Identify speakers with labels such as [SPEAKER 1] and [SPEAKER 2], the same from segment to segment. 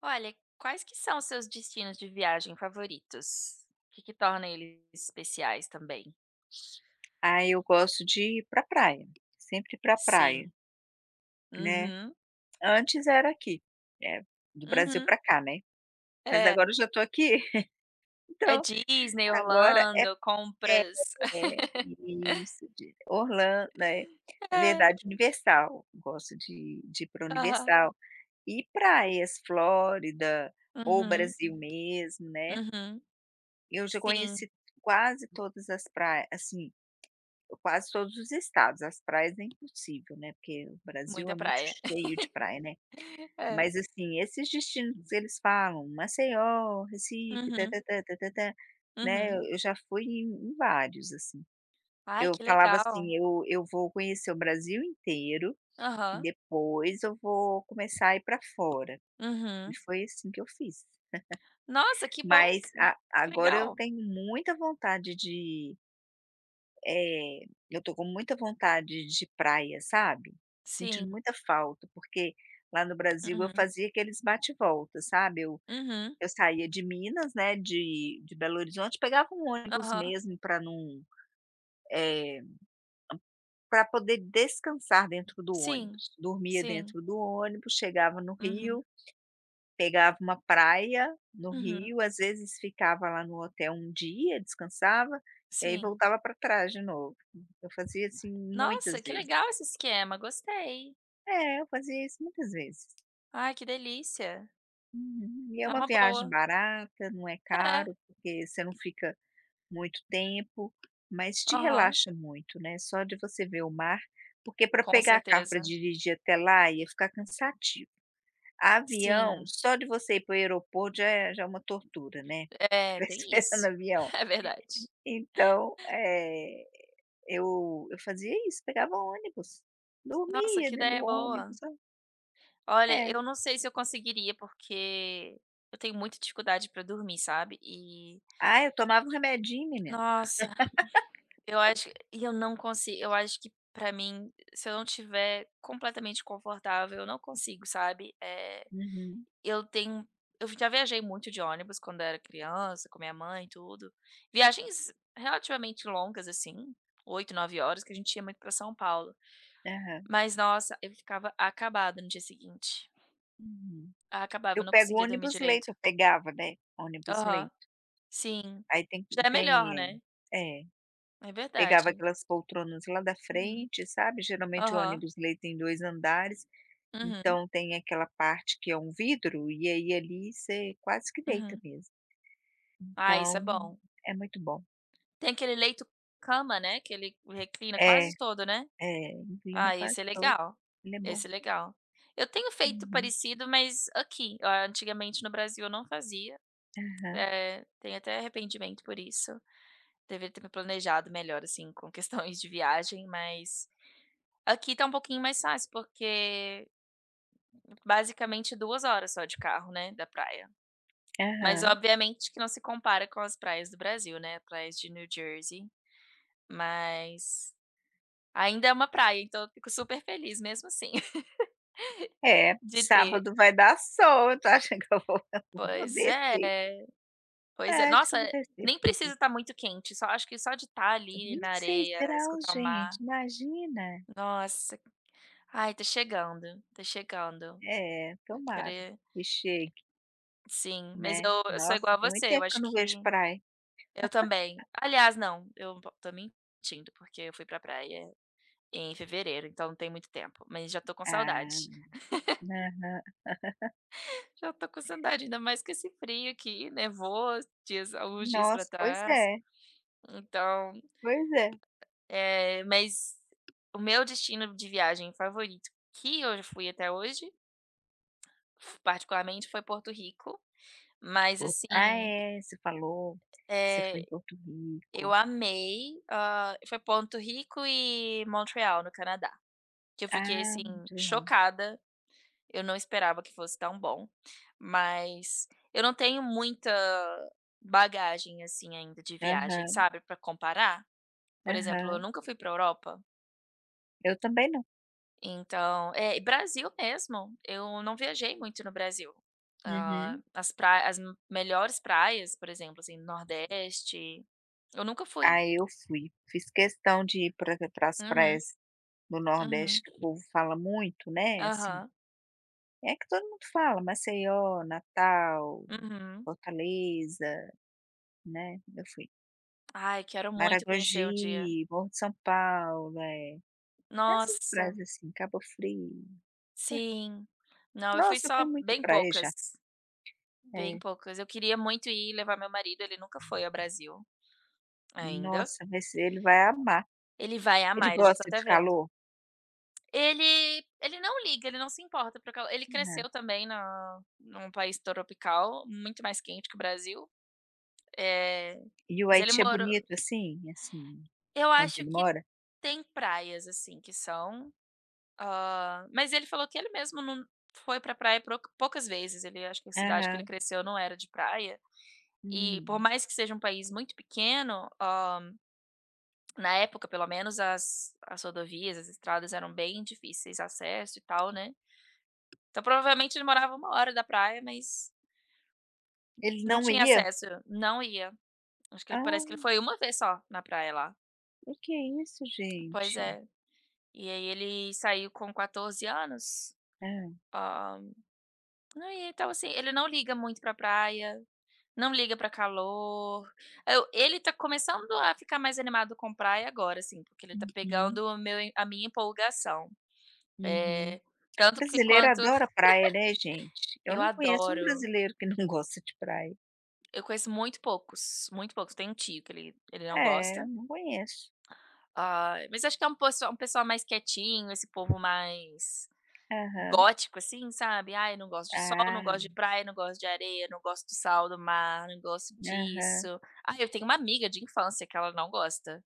[SPEAKER 1] Olha, quais que são os seus destinos de viagem favoritos? O que que torna eles especiais também?
[SPEAKER 2] Aí eu gosto de ir pra praia, sempre pra praia,
[SPEAKER 1] Sim.
[SPEAKER 2] né.
[SPEAKER 1] Uhum,
[SPEAKER 2] Antes era aqui, eh, do Brasil
[SPEAKER 1] uhum.
[SPEAKER 2] pra cá, né, mas
[SPEAKER 1] É.
[SPEAKER 2] agora eu já tô aqui,
[SPEAKER 1] É
[SPEAKER 2] então
[SPEAKER 1] Disney,
[SPEAKER 2] agora
[SPEAKER 1] Orlando, compras.
[SPEAKER 2] é isso, de Orlan né, na
[SPEAKER 1] É.
[SPEAKER 2] verdade Universal, gosto de ir para
[SPEAKER 1] Aham.
[SPEAKER 2] Universal. E praias, Flórida ou
[SPEAKER 1] Uhum,
[SPEAKER 2] Brasil mesmo, né,
[SPEAKER 1] uhum.
[SPEAKER 2] eu já
[SPEAKER 1] Sim,
[SPEAKER 2] conheci quase todas as praias, assim, quase todos os estados, as praias é impossível, né, porque o Brasil
[SPEAKER 1] muita
[SPEAKER 2] é muito
[SPEAKER 1] praia.
[SPEAKER 2] cheio de praia, né.
[SPEAKER 1] É.
[SPEAKER 2] Mas, assim, esses destinos que eles falam Maceió, Recife,
[SPEAKER 1] Uhum,
[SPEAKER 2] tã-tã-tã, tã-tã-tã, né,
[SPEAKER 1] uhum.
[SPEAKER 2] eu já fui em vários, assim.
[SPEAKER 1] Ai,
[SPEAKER 2] Eu
[SPEAKER 1] que
[SPEAKER 2] falava
[SPEAKER 1] legal.
[SPEAKER 2] assim: "Eu vou conhecer o Brasil inteiro,
[SPEAKER 1] Aham.
[SPEAKER 2] depois eu vou começar a ir para fora", e
[SPEAKER 1] Uhum.
[SPEAKER 2] foi assim que eu fiz.
[SPEAKER 1] Nossa, que bom,
[SPEAKER 2] Mas
[SPEAKER 1] que
[SPEAKER 2] a
[SPEAKER 1] que
[SPEAKER 2] agora eu
[SPEAKER 1] legal.
[SPEAKER 2] tenho muita vontade eh, eu tô com muita vontade de praia, sabe,
[SPEAKER 1] Sim.
[SPEAKER 2] sentindo muita falta, porque lá no Brasil eu
[SPEAKER 1] Uhum,
[SPEAKER 2] fazia aqueles bate volta, sabe, eu
[SPEAKER 1] uhum.
[SPEAKER 2] Eu saía de Minas, né, de Belo Horizonte, pegava um ônibus
[SPEAKER 1] Aham.
[SPEAKER 2] mesmo para não, para poder descansar dentro do
[SPEAKER 1] Sim,
[SPEAKER 2] ônibus. Dormia
[SPEAKER 1] sim.
[SPEAKER 2] dentro do ônibus, chegava no
[SPEAKER 1] Uhum,
[SPEAKER 2] Rio, pegava uma praia no
[SPEAKER 1] uhum,
[SPEAKER 2] Rio, às vezes ficava lá no hotel um dia, descansava, e aí
[SPEAKER 1] sim.
[SPEAKER 2] voltava para trás de novo. Eu fazia assim muitas
[SPEAKER 1] Nossa, que
[SPEAKER 2] vezes.
[SPEAKER 1] legal esse esquema, gostei.
[SPEAKER 2] É, eu fazia isso muitas vezes.
[SPEAKER 1] Ai, que delícia.
[SPEAKER 2] Uhum. E é
[SPEAKER 1] É
[SPEAKER 2] uma
[SPEAKER 1] uma
[SPEAKER 2] viagem
[SPEAKER 1] boa.
[SPEAKER 2] barata, não é
[SPEAKER 1] É,
[SPEAKER 2] caro, porque você não fica muito tempo, mas te
[SPEAKER 1] aham,
[SPEAKER 2] relaxa muito, né, só de você ver o mar, porque para
[SPEAKER 1] com
[SPEAKER 2] pegar carro para
[SPEAKER 1] certeza.
[SPEAKER 2] dirigir até lá ia ficar cansativo. Avião,
[SPEAKER 1] Sim,
[SPEAKER 2] só de você ir para o aeroporto já é uma tortura, né,
[SPEAKER 1] é,
[SPEAKER 2] ficar
[SPEAKER 1] tem
[SPEAKER 2] esperando
[SPEAKER 1] isso.
[SPEAKER 2] avião.
[SPEAKER 1] É verdade.
[SPEAKER 2] Então, eu fazia isso, pegava ônibus,
[SPEAKER 1] Nossa,
[SPEAKER 2] dormia
[SPEAKER 1] que
[SPEAKER 2] dentro do
[SPEAKER 1] ideia boa.
[SPEAKER 2] ônibus, sabe.
[SPEAKER 1] Olha,
[SPEAKER 2] É.
[SPEAKER 1] eu não sei se eu conseguiria, porque eu tenho muita dificuldade pra dormir, sabe. E,
[SPEAKER 2] Ah, eu tomava um remedinho, menina.
[SPEAKER 1] nossa, eu acho que e eu não consigo, eu acho que pra mim, se eu não estiver completamente confortável, eu não consigo, sabe. É.
[SPEAKER 2] Uhum.
[SPEAKER 1] Eu tenho eu já viajei muito de ônibus quando era criança, com minha mãe e tudo. Viagens relativamente longas, assim, 8, 9 horas, que a gente ia muito pra São Paulo.
[SPEAKER 2] Aham.
[SPEAKER 1] Mas, nossa, eu ficava acabada no dia seguinte.
[SPEAKER 2] Uhum.
[SPEAKER 1] Acabava,
[SPEAKER 2] Eu
[SPEAKER 1] eu não
[SPEAKER 2] pego
[SPEAKER 1] conseguia dormir
[SPEAKER 2] ônibus
[SPEAKER 1] direito.
[SPEAKER 2] leito, eu pegava, né, ônibus
[SPEAKER 1] Aham,
[SPEAKER 2] leito.
[SPEAKER 1] sim.
[SPEAKER 2] Aí
[SPEAKER 1] Já é melhor,
[SPEAKER 2] tem
[SPEAKER 1] né.
[SPEAKER 2] é,
[SPEAKER 1] É
[SPEAKER 2] pegava
[SPEAKER 1] verdade.
[SPEAKER 2] aquelas poltronas lá da
[SPEAKER 1] Uhum.
[SPEAKER 2] frente, sabe, geralmente o
[SPEAKER 1] Aham.
[SPEAKER 2] ônibus ele tem 2 andares,
[SPEAKER 1] Uhum,
[SPEAKER 2] então tem aquela parte que é um vidro, e aí ali você quase que deita
[SPEAKER 1] uhum.
[SPEAKER 2] mesmo.
[SPEAKER 1] Ah, isso é
[SPEAKER 2] Então,
[SPEAKER 1] bom.
[SPEAKER 2] é muito bom.
[SPEAKER 1] Tem aquele leito cama, né, que ele reclina
[SPEAKER 2] É,
[SPEAKER 1] quase todo, né?
[SPEAKER 2] é, inclina
[SPEAKER 1] Ah,
[SPEAKER 2] quase
[SPEAKER 1] esse é
[SPEAKER 2] todo,
[SPEAKER 1] legal.
[SPEAKER 2] ele é bom.
[SPEAKER 1] Esse é legal. Eu tenho feito
[SPEAKER 2] Uhum.
[SPEAKER 1] parecido, mas aqui. Ah, antigamente no Brasil eu não fazia,
[SPEAKER 2] Aham,
[SPEAKER 1] tenho até arrependimento por isso. Deveria ter me planejado melhor, assim, com questões de viagem, mas aqui tá um pouquinho mais fácil, porque basicamente 2 horas só de carro, né, da praia. Mas
[SPEAKER 2] aham.
[SPEAKER 1] obviamente que não se compara com as praias do Brasil, né, praias de New Jersey, mas ainda é uma praia, então eu fico super feliz mesmo assim
[SPEAKER 2] É,
[SPEAKER 1] de ter.
[SPEAKER 2] sábado vai dar sol, eu tô achando que eu vou eu vou
[SPEAKER 1] Pois é.
[SPEAKER 2] descer. É,
[SPEAKER 1] Pois é.
[SPEAKER 2] acho que
[SPEAKER 1] Nossa,
[SPEAKER 2] eu vou descer,
[SPEAKER 1] nem
[SPEAKER 2] vou
[SPEAKER 1] precisa
[SPEAKER 2] ver.
[SPEAKER 1] estar muito quente, só acho que só de estar ali na
[SPEAKER 2] 26
[SPEAKER 1] areia,
[SPEAKER 2] graus,
[SPEAKER 1] escutar o
[SPEAKER 2] gente,
[SPEAKER 1] mar.
[SPEAKER 2] imagina.
[SPEAKER 1] Nossa. Ai, tá chegando, tá chegando.
[SPEAKER 2] É,
[SPEAKER 1] Eu quero
[SPEAKER 2] tomara
[SPEAKER 1] ir,
[SPEAKER 2] que chegue,
[SPEAKER 1] sim, mas
[SPEAKER 2] né.
[SPEAKER 1] eu sou
[SPEAKER 2] Nossa,
[SPEAKER 1] igual a
[SPEAKER 2] tem muito
[SPEAKER 1] você, eu
[SPEAKER 2] tempo que
[SPEAKER 1] acho
[SPEAKER 2] eu não vejo
[SPEAKER 1] que
[SPEAKER 2] praia.
[SPEAKER 1] eu também. Aliás, não, eu po tô mentindo, porque eu fui pra praia em fevereiro, então não tem muito tempo, mas já tô com
[SPEAKER 2] Ah,
[SPEAKER 1] saudade.
[SPEAKER 2] aham.
[SPEAKER 1] Já tô com saudade, ainda mais com esse frio que nevou dias alguns dias pra
[SPEAKER 2] Nossa, pois
[SPEAKER 1] trás.
[SPEAKER 2] é,
[SPEAKER 1] Então,
[SPEAKER 2] pois é.
[SPEAKER 1] Mas o meu destino de viagem favorito que eu já fui até hoje, f particularmente, foi Porto Rico, mas assim,
[SPEAKER 2] É, você falou, você foi em
[SPEAKER 1] eh,
[SPEAKER 2] Porto
[SPEAKER 1] eu
[SPEAKER 2] Rico.
[SPEAKER 1] amei, foi Porto Rico e Montreal, no Canadá, que eu fiquei,
[SPEAKER 2] Ah,
[SPEAKER 1] assim,
[SPEAKER 2] muito legal.
[SPEAKER 1] chocada, eu não esperava que fosse tão bom, mas eu não tenho muita bagagem, assim, ainda de viagem,
[SPEAKER 2] Aham,
[SPEAKER 1] sabe, pra comparar. Por exemplo, eu
[SPEAKER 2] aham.
[SPEAKER 1] nunca fui pra Europa.
[SPEAKER 2] Eu também não.
[SPEAKER 1] Então, é, e Brasil mesmo, eu não viajei muito no Brasil. Ah,
[SPEAKER 2] Uhum.
[SPEAKER 1] as pra as m- melhores praias, por exemplo, assim, Nordeste, eu nunca fui.
[SPEAKER 2] Aí eu fui, fiz questão de ir pra para as
[SPEAKER 1] Uhum,
[SPEAKER 2] praias do Nordeste
[SPEAKER 1] uhum,
[SPEAKER 2] que o povo fala muito, né, assim.
[SPEAKER 1] aham,
[SPEAKER 2] É que todo mundo fala, Maceió, Natal,
[SPEAKER 1] uhum.
[SPEAKER 2] Fortaleza, né, eu fui.
[SPEAKER 1] Ai, quero muito conhecer um dia.
[SPEAKER 2] Maragogi, Morro de São Paulo, é. Essas
[SPEAKER 1] Nossa,
[SPEAKER 2] praias assim, Cabo Frio.
[SPEAKER 1] sim. Não, eu fui
[SPEAKER 2] Nossa, eu fui em
[SPEAKER 1] só
[SPEAKER 2] muita
[SPEAKER 1] bem
[SPEAKER 2] praia já.
[SPEAKER 1] poucas, bem
[SPEAKER 2] É.
[SPEAKER 1] poucas. Eu queria muito ir levar meu marido, ele nunca foi ao Brasil ainda.
[SPEAKER 2] Nossa, mas ele vai amar.
[SPEAKER 1] Ele vai
[SPEAKER 2] Ele
[SPEAKER 1] amar, eu já tô
[SPEAKER 2] gosta
[SPEAKER 1] até
[SPEAKER 2] de
[SPEAKER 1] vendo.
[SPEAKER 2] calor.
[SPEAKER 1] Ele não liga, ele não se importa para calor. Ele
[SPEAKER 2] Aham.
[SPEAKER 1] cresceu também na num país tropical, muito mais quente que o Brasil, eh,
[SPEAKER 2] E o
[SPEAKER 1] mas ele
[SPEAKER 2] Haiti é
[SPEAKER 1] morou
[SPEAKER 2] bonito assim, assim,
[SPEAKER 1] eu
[SPEAKER 2] onde
[SPEAKER 1] acho
[SPEAKER 2] ele
[SPEAKER 1] que
[SPEAKER 2] mora?
[SPEAKER 1] tem praias, assim, que são, mas ele falou que ele mesmo não foi pra praia proca poucas vezes, ele acho que a cidade que ele
[SPEAKER 2] Aham.
[SPEAKER 1] cresceu não era de praia, e por
[SPEAKER 2] Hum.
[SPEAKER 1] mais que seja um país muito pequeno, na época pelo menos as rodovias, as estradas eram bem difíceis de acesso e tal, né. Então, provavelmente, ele morava 1 hora da praia, mas
[SPEAKER 2] Ele
[SPEAKER 1] não
[SPEAKER 2] não
[SPEAKER 1] tinha
[SPEAKER 2] ia?
[SPEAKER 1] acesso, não ia. Acho que ele, parece que ele
[SPEAKER 2] Ah,
[SPEAKER 1] foi uma vez só na praia lá.
[SPEAKER 2] o que é isso,
[SPEAKER 1] Pois
[SPEAKER 2] gente?
[SPEAKER 1] é. E aí ele saiu com 14 anos.
[SPEAKER 2] Hã.
[SPEAKER 1] Ah, não, e então, assim, ele não liga muito pra praia, não liga pra calor. Eu ele tá começando a ficar mais animado com praia agora, assim, porque ele tá
[SPEAKER 2] Uhum,
[SPEAKER 1] pegando o meu a minha empolgação.
[SPEAKER 2] uhum.
[SPEAKER 1] Eh, tanto que
[SPEAKER 2] Brasileiro
[SPEAKER 1] quanto
[SPEAKER 2] adora praia, né, gente? Eu
[SPEAKER 1] eu
[SPEAKER 2] não conheço um
[SPEAKER 1] adoro
[SPEAKER 2] brasileiro que não gosta de praia.
[SPEAKER 1] eu conheço muito poucos, muito poucos. Tem um tio que ele não
[SPEAKER 2] É, eu
[SPEAKER 1] gosta.
[SPEAKER 2] não conheço.
[SPEAKER 1] Ai, mas acho que é um pessoal mais quietinho, esse povo mais
[SPEAKER 2] Aham.
[SPEAKER 1] gótico, assim, sabe. "Ai, não gosto de sol,
[SPEAKER 2] Ah,
[SPEAKER 1] não gosto de praia, não gosto de areia, não gosto do sal do mar, não gosto
[SPEAKER 2] aham.
[SPEAKER 1] disso". Ai, eu tenho uma amiga de infância que ela não gosta,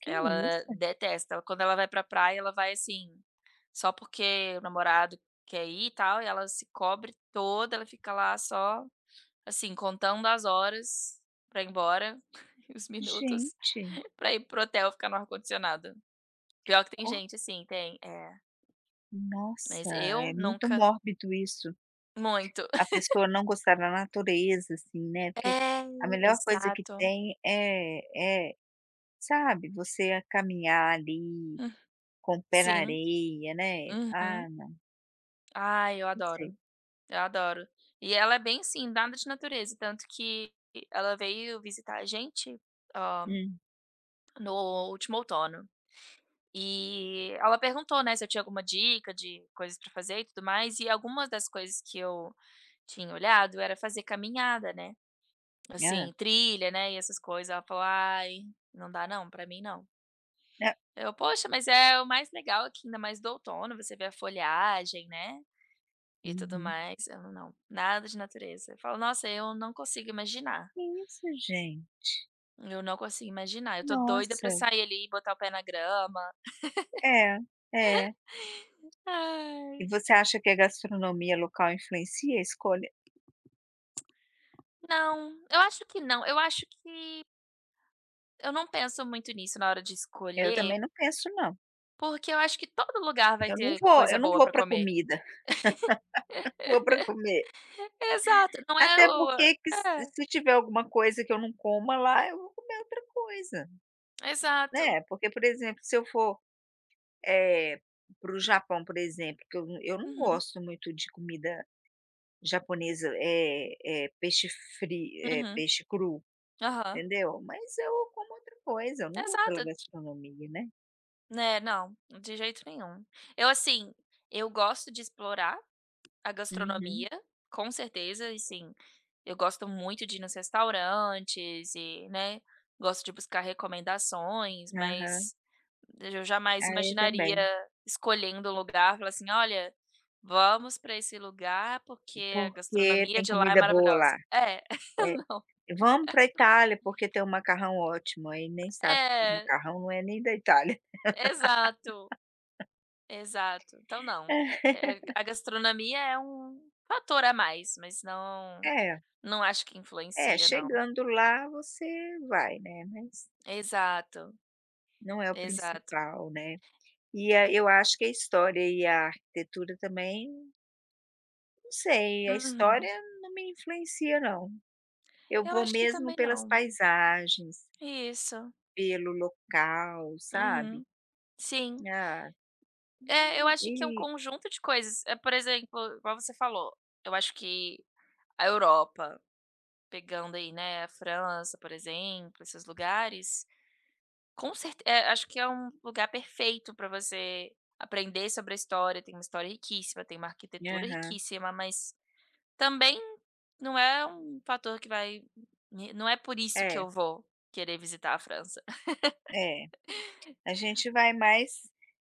[SPEAKER 2] Que
[SPEAKER 1] ela
[SPEAKER 2] isso?
[SPEAKER 1] detesta. Quando ela vai pra praia, ela vai, assim, só porque o namorado quer ir e tal, e ela se cobre toda, ela fica lá só, assim, contando as horas pra ir embora e os minutos
[SPEAKER 2] Gente,
[SPEAKER 1] pra ir pro hotel ficar no ar-condicionado. Pior que tem
[SPEAKER 2] ó,
[SPEAKER 1] gente assim, tem, é.
[SPEAKER 2] nossa,
[SPEAKER 1] Mas eu
[SPEAKER 2] é muito
[SPEAKER 1] nunca,
[SPEAKER 2] mórbido isso.
[SPEAKER 1] muito.
[SPEAKER 2] A pessoa não gostar da natureza, assim, né, porque
[SPEAKER 1] É,
[SPEAKER 2] a melhor coisa que
[SPEAKER 1] exato.
[SPEAKER 2] tem é, sabe, você a caminhar ali,
[SPEAKER 1] Hum,
[SPEAKER 2] com o pé na
[SPEAKER 1] sim,
[SPEAKER 2] areia, né. Ah,
[SPEAKER 1] uhum.
[SPEAKER 2] não,
[SPEAKER 1] Ai, eu
[SPEAKER 2] não sei.
[SPEAKER 1] adoro, eu adoro. E ela é bem assim, nada de natureza, tanto que ela veio visitar a gente, hã,
[SPEAKER 2] Hum,
[SPEAKER 1] no último outono. E ela perguntou, né, se eu tinha alguma dica de coisas pra fazer e tudo mais, e algumas das coisas que eu tinha olhado era fazer caminhada, né.
[SPEAKER 2] hã,
[SPEAKER 1] Assim, trilha, né, e essas coisas, ela falou: "Ai, não dá não, pra mim não".
[SPEAKER 2] hã,
[SPEAKER 1] Eu: "Poxa, mas é o mais legal aqui, ainda mais do outono, você vê a folhagem, né, e tudo
[SPEAKER 2] uhum.
[SPEAKER 1] mais". Eu: "Não, nada de natureza". Eu falo: "Nossa, eu não consigo imaginar,
[SPEAKER 2] Que isso, gente?
[SPEAKER 1] eu não consigo imaginar, eu tô doida
[SPEAKER 2] Nossa.
[SPEAKER 1] pra sair ali e botar o pé na grama".
[SPEAKER 2] É, é. E
[SPEAKER 1] Ai,
[SPEAKER 2] você acha que a gastronomia local influencia a escolha.
[SPEAKER 1] não, eu acho que não, eu acho que eu não penso muito nisso na hora de
[SPEAKER 2] Eu também
[SPEAKER 1] escolher,
[SPEAKER 2] não penso não.
[SPEAKER 1] porque eu acho que todo lugar vai
[SPEAKER 2] Eu não
[SPEAKER 1] ter
[SPEAKER 2] vou
[SPEAKER 1] coisa boa pra
[SPEAKER 2] para
[SPEAKER 1] comer.
[SPEAKER 2] comida, vou para comer.
[SPEAKER 1] Exato, não é
[SPEAKER 2] Até
[SPEAKER 1] o
[SPEAKER 2] porque que se
[SPEAKER 1] é.
[SPEAKER 2] se tiver alguma coisa que eu não coma lá, eu vou comer outra coisa,
[SPEAKER 1] Exato.
[SPEAKER 2] né. Porque, por exemplo, se eu for, eh, para o Japão, por exemplo, que eu não
[SPEAKER 1] Uhum,
[SPEAKER 2] gosto muito de comida japonesa, é peixe frio, é
[SPEAKER 1] uhum.
[SPEAKER 2] peixe cru,
[SPEAKER 1] Aham.
[SPEAKER 2] entendeu. Mas eu como outra coisa, eu não vou pela
[SPEAKER 1] Exato.
[SPEAKER 2] gastronomia, né.
[SPEAKER 1] Né, não, de jeito nenhum. Eu, assim, eu gosto de explorar a
[SPEAKER 2] Uhum.
[SPEAKER 1] gastronomia, com certeza, e sim, eu gosto muito de ir nos restaurantes e, né, gosto de buscar recomendações,
[SPEAKER 2] Aham.
[SPEAKER 1] mas eu jamais
[SPEAKER 2] Ah, eu
[SPEAKER 1] imaginaria
[SPEAKER 2] também.
[SPEAKER 1] escolhendo um lugar, falar assim: "Olha, vamos para esse lugar porque a
[SPEAKER 2] Porque
[SPEAKER 1] gastronomia
[SPEAKER 2] tem
[SPEAKER 1] de lá é
[SPEAKER 2] comida boa lá.
[SPEAKER 1] maravilhosa". É,
[SPEAKER 2] É.
[SPEAKER 1] não.
[SPEAKER 2] Vamos para a Itália, porque tem um macarrão ótimo, aí nem sabe que o
[SPEAKER 1] É,
[SPEAKER 2] macarrão não é nem da Itália.
[SPEAKER 1] exato. Exato, então não. A gastronomia é um fator a mais, mas não
[SPEAKER 2] É,
[SPEAKER 1] não acho que
[SPEAKER 2] é,
[SPEAKER 1] influencia não.
[SPEAKER 2] chegando lá você vai, né, mas
[SPEAKER 1] Exato,
[SPEAKER 2] não é o
[SPEAKER 1] exato.
[SPEAKER 2] principal, né. E a eu acho que a história e a arquitetura também, não sei, a
[SPEAKER 1] Uhum.
[SPEAKER 2] história não me influencia não. Eu
[SPEAKER 1] Eu
[SPEAKER 2] vou
[SPEAKER 1] acho que
[SPEAKER 2] mesmo
[SPEAKER 1] também
[SPEAKER 2] pelas
[SPEAKER 1] não.
[SPEAKER 2] paisagens,
[SPEAKER 1] Isso.
[SPEAKER 2] pelo local, sabe.
[SPEAKER 1] Uhum. Sim.
[SPEAKER 2] Ah,
[SPEAKER 1] É, eu acho que é um
[SPEAKER 2] e
[SPEAKER 1] conjunto de coisas, é por exemplo, igual você falou, eu acho que a Europa, pegando aí, né, a França, por exemplo, esses lugares, com certeza acho que é um lugar perfeito para você aprender sobre a história, tem uma história riquíssima, tem uma arquitetura
[SPEAKER 2] aham.
[SPEAKER 1] riquíssima, mas também não é um fator que vai me não é por isso que
[SPEAKER 2] É,
[SPEAKER 1] eu vou querer visitar a França.
[SPEAKER 2] é. A gente vai mais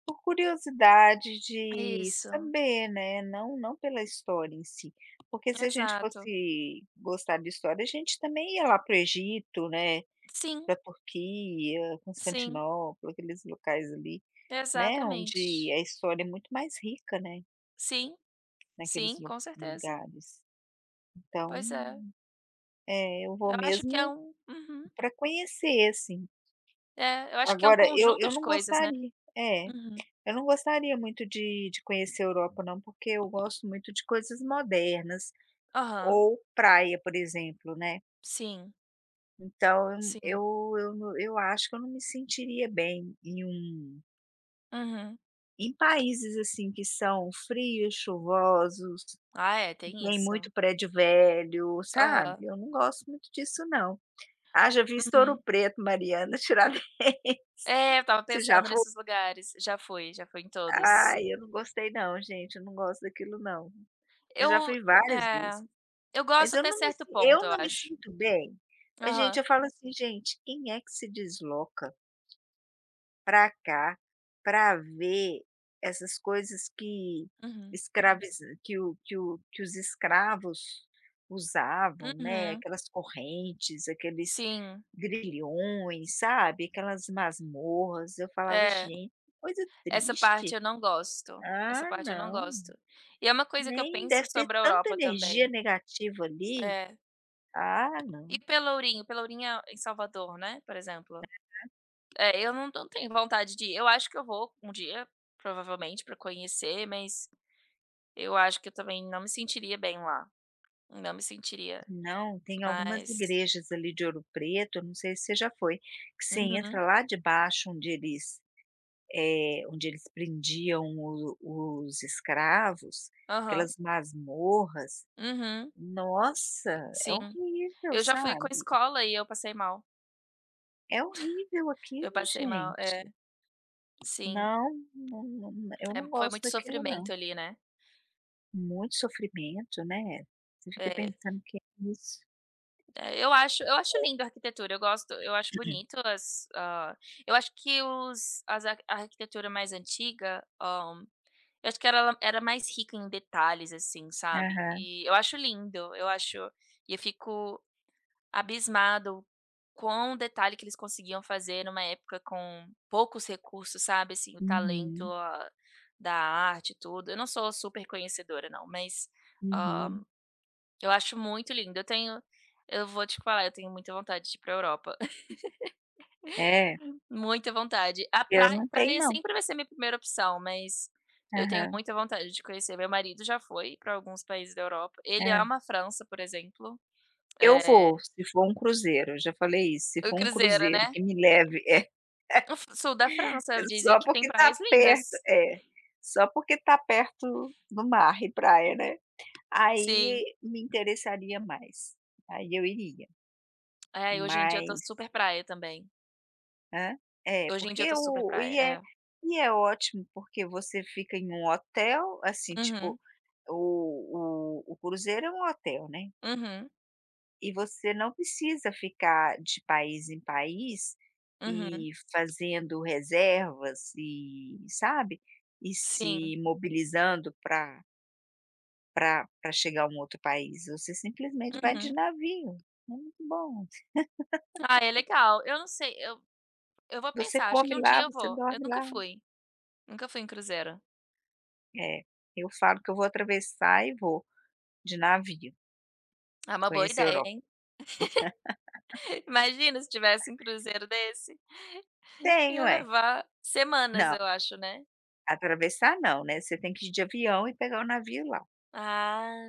[SPEAKER 2] por curiosidade de
[SPEAKER 1] Isso,
[SPEAKER 2] saber, né, não pela história em si. Porque se a gente
[SPEAKER 1] exato.
[SPEAKER 2] fosse gostar de história, a gente também ia lá para o Egito, né,
[SPEAKER 1] Sim,
[SPEAKER 2] para a Turquia,
[SPEAKER 1] sim,
[SPEAKER 2] Constantinopla, aqueles locais ali, né, onde
[SPEAKER 1] exatamente.
[SPEAKER 2] a história é muito mais rica, né,
[SPEAKER 1] Sim,
[SPEAKER 2] naqueles
[SPEAKER 1] sim,
[SPEAKER 2] lu
[SPEAKER 1] com certeza.
[SPEAKER 2] lugares. Então,
[SPEAKER 1] Pois é,
[SPEAKER 2] eu
[SPEAKER 1] eu
[SPEAKER 2] vou
[SPEAKER 1] acho que é
[SPEAKER 2] mesmo
[SPEAKER 1] uhum.
[SPEAKER 2] para conhecer, assim.
[SPEAKER 1] É, eu acho que é um
[SPEAKER 2] Agora eu
[SPEAKER 1] conjunto
[SPEAKER 2] eu
[SPEAKER 1] de
[SPEAKER 2] não
[SPEAKER 1] coisas, né.
[SPEAKER 2] gostaria é.
[SPEAKER 1] Uhum.
[SPEAKER 2] Eu não gostaria muito de conhecer a Europa não, porque eu gosto muito de coisas modernas
[SPEAKER 1] Aham.
[SPEAKER 2] ou praia, por exemplo, né.
[SPEAKER 1] Sim,
[SPEAKER 2] Então eu
[SPEAKER 1] sim.
[SPEAKER 2] eu não, eu acho que eu não me sentiria bem em um
[SPEAKER 1] Uhum.
[SPEAKER 2] países, assim, que são frios, chuvosos,
[SPEAKER 1] Ah, é,
[SPEAKER 2] que
[SPEAKER 1] tem
[SPEAKER 2] tem
[SPEAKER 1] isso.
[SPEAKER 2] muito prédio velho, sabe.
[SPEAKER 1] Aham.
[SPEAKER 2] Eu não gosto muito disso não. Ah, já vi Ouro
[SPEAKER 1] Uhum.
[SPEAKER 2] Preto, Mariana, Tiradentes,
[SPEAKER 1] É, eu estava
[SPEAKER 2] você já
[SPEAKER 1] pensando
[SPEAKER 2] foi?
[SPEAKER 1] nesses lugares. Já fui em todos.
[SPEAKER 2] Ai, eu não gostei não, gente, eu não gosto daquilo não. Eu já
[SPEAKER 1] Eu
[SPEAKER 2] fui várias
[SPEAKER 1] é,
[SPEAKER 2] vezes.
[SPEAKER 1] eu
[SPEAKER 2] Mas
[SPEAKER 1] gosto até certo ponto,
[SPEAKER 2] eu
[SPEAKER 1] eu
[SPEAKER 2] não me
[SPEAKER 1] acho.
[SPEAKER 2] sinto bem. A gente,
[SPEAKER 1] Aham.
[SPEAKER 2] eu falo assim: "Gente, quem é que se desloca para cá para ver essas coisas que
[SPEAKER 1] Uhum.
[SPEAKER 2] escraviz que o que o que os escravos usavam, né,
[SPEAKER 1] Uhum.
[SPEAKER 2] aquelas correntes, aqueles
[SPEAKER 1] Sim.
[SPEAKER 2] grilhões, sabe, aquelas masmorras". Eu falava:
[SPEAKER 1] É,
[SPEAKER 2] "Gente, que coisa
[SPEAKER 1] essa parte
[SPEAKER 2] triste.
[SPEAKER 1] eu não gosto. Essa
[SPEAKER 2] Ah,
[SPEAKER 1] parte eu não
[SPEAKER 2] não,
[SPEAKER 1] gosto. E é uma coisa que eu
[SPEAKER 2] nem
[SPEAKER 1] penso
[SPEAKER 2] deve ter
[SPEAKER 1] sobre a
[SPEAKER 2] tanta
[SPEAKER 1] Europa
[SPEAKER 2] energia
[SPEAKER 1] também.
[SPEAKER 2] negativa ali.
[SPEAKER 1] É.
[SPEAKER 2] Ah,
[SPEAKER 1] E
[SPEAKER 2] não".
[SPEAKER 1] Pelourinho? Pelourinho é em Salvador, né, por exemplo. É, eu não tenho vontade de ir. Eu acho que eu vou um dia, provavelmente, pra conhecer, mas eu acho que eu também não me sentiria bem lá, não me sentiria,
[SPEAKER 2] Não, tem algumas
[SPEAKER 1] mas.
[SPEAKER 2] igrejas ali de Ouro Preto, eu não sei se você já foi, que você entra
[SPEAKER 1] Uhum,
[SPEAKER 2] lá debaixo onde eles prendiam o os escravos,
[SPEAKER 1] aham,
[SPEAKER 2] aquelas masmorras.
[SPEAKER 1] uhum,
[SPEAKER 2] Nossa, é
[SPEAKER 1] sim.
[SPEAKER 2] horrível,
[SPEAKER 1] Eu já fui com
[SPEAKER 2] sabe.
[SPEAKER 1] escola e
[SPEAKER 2] É horrível
[SPEAKER 1] eu
[SPEAKER 2] aquilo,
[SPEAKER 1] passei mal, é,
[SPEAKER 2] gente.
[SPEAKER 1] sim,
[SPEAKER 2] Não, não eu não
[SPEAKER 1] foi
[SPEAKER 2] gosto
[SPEAKER 1] muito
[SPEAKER 2] daquilo não.
[SPEAKER 1] sofrimento ali, né.
[SPEAKER 2] Muito sofrimento, né. Você fica
[SPEAKER 1] É,
[SPEAKER 2] pensando que é isso.
[SPEAKER 1] eu acho, eu acho lindo a arquitetura, eu gosto, eu acho bonito as, eu acho que a arquitetura mais antiga, eu acho que era mais rica em detalhes, assim, sabe.
[SPEAKER 2] Aham.
[SPEAKER 1] E eu acho lindo, eu acho e eu fico abismado quão detalhe que eles conseguiam fazer numa época com poucos recursos, sabe, assim, o talento,
[SPEAKER 2] Uhum,
[SPEAKER 1] da arte e tudo. Eu não sou super conhecedora não, mas, hã,
[SPEAKER 2] uhum.
[SPEAKER 1] eu acho muito lindo. Eu vou te falar, eu tenho muita vontade de ir pra Europa,
[SPEAKER 2] É,
[SPEAKER 1] muita vontade. A
[SPEAKER 2] eu
[SPEAKER 1] pra
[SPEAKER 2] não tenho
[SPEAKER 1] praia
[SPEAKER 2] não.
[SPEAKER 1] sempre vai ser minha primeira opção, mas eu tenho
[SPEAKER 2] Aham,
[SPEAKER 1] muita vontade de conhecer. Meu marido já foi para alguns países da Europa, ele
[SPEAKER 2] é.
[SPEAKER 1] ama a França, por exemplo.
[SPEAKER 2] Eu
[SPEAKER 1] Eh,
[SPEAKER 2] vou, se for um cruzeiro, eu já falei isso, se
[SPEAKER 1] o
[SPEAKER 2] for um
[SPEAKER 1] cruzeiro
[SPEAKER 2] cruzeiro que me leve é,
[SPEAKER 1] O f sul da França, dizem
[SPEAKER 2] só
[SPEAKER 1] que tem
[SPEAKER 2] porque tá
[SPEAKER 1] praias
[SPEAKER 2] perto
[SPEAKER 1] lindas.
[SPEAKER 2] é, só porque tá perto do mar e praia, né,
[SPEAKER 1] Sim.
[SPEAKER 2] aí me interessaria mais, aí eu iria,
[SPEAKER 1] É, e hoje em dia eu tô
[SPEAKER 2] mas
[SPEAKER 1] super praia também.
[SPEAKER 2] hã? É,
[SPEAKER 1] Hoje em dia eu
[SPEAKER 2] porque
[SPEAKER 1] tô super
[SPEAKER 2] o
[SPEAKER 1] praia,
[SPEAKER 2] e é
[SPEAKER 1] é.
[SPEAKER 2] e é ótimo, porque você fica em um hotel, assim, tipo,
[SPEAKER 1] Uhum,
[SPEAKER 2] o cruzeiro é um hotel, né.
[SPEAKER 1] uhum,
[SPEAKER 2] E você não precisa ficar de país em país
[SPEAKER 1] uhum.
[SPEAKER 2] e fazendo reservas e, sabe, e
[SPEAKER 1] Sim,
[SPEAKER 2] se mobilizando para para pra chegar a um outro país, você simplesmente vai de
[SPEAKER 1] uhum.
[SPEAKER 2] navio, é muito bom.
[SPEAKER 1] Ah, é legal. Eu não sei, eu vou
[SPEAKER 2] Você
[SPEAKER 1] pensar, acho que
[SPEAKER 2] come
[SPEAKER 1] um
[SPEAKER 2] lá,
[SPEAKER 1] dia eu
[SPEAKER 2] você
[SPEAKER 1] vou. Eu
[SPEAKER 2] dorme
[SPEAKER 1] nunca
[SPEAKER 2] lá.
[SPEAKER 1] fui, em cruzeiro.
[SPEAKER 2] É, eu falo que eu vou atravessar e vou de navio
[SPEAKER 1] É uma boa
[SPEAKER 2] conhecer a
[SPEAKER 1] ideia,
[SPEAKER 2] Europa.
[SPEAKER 1] hein. Imagina se tivesse um cruzeiro desse,
[SPEAKER 2] Tenho
[SPEAKER 1] ia
[SPEAKER 2] é.
[SPEAKER 1] levar semanas,
[SPEAKER 2] Não,
[SPEAKER 1] eu acho, né?
[SPEAKER 2] atravessar não, né, você tem que ir de avião e pegar o navio lá.
[SPEAKER 1] Ah.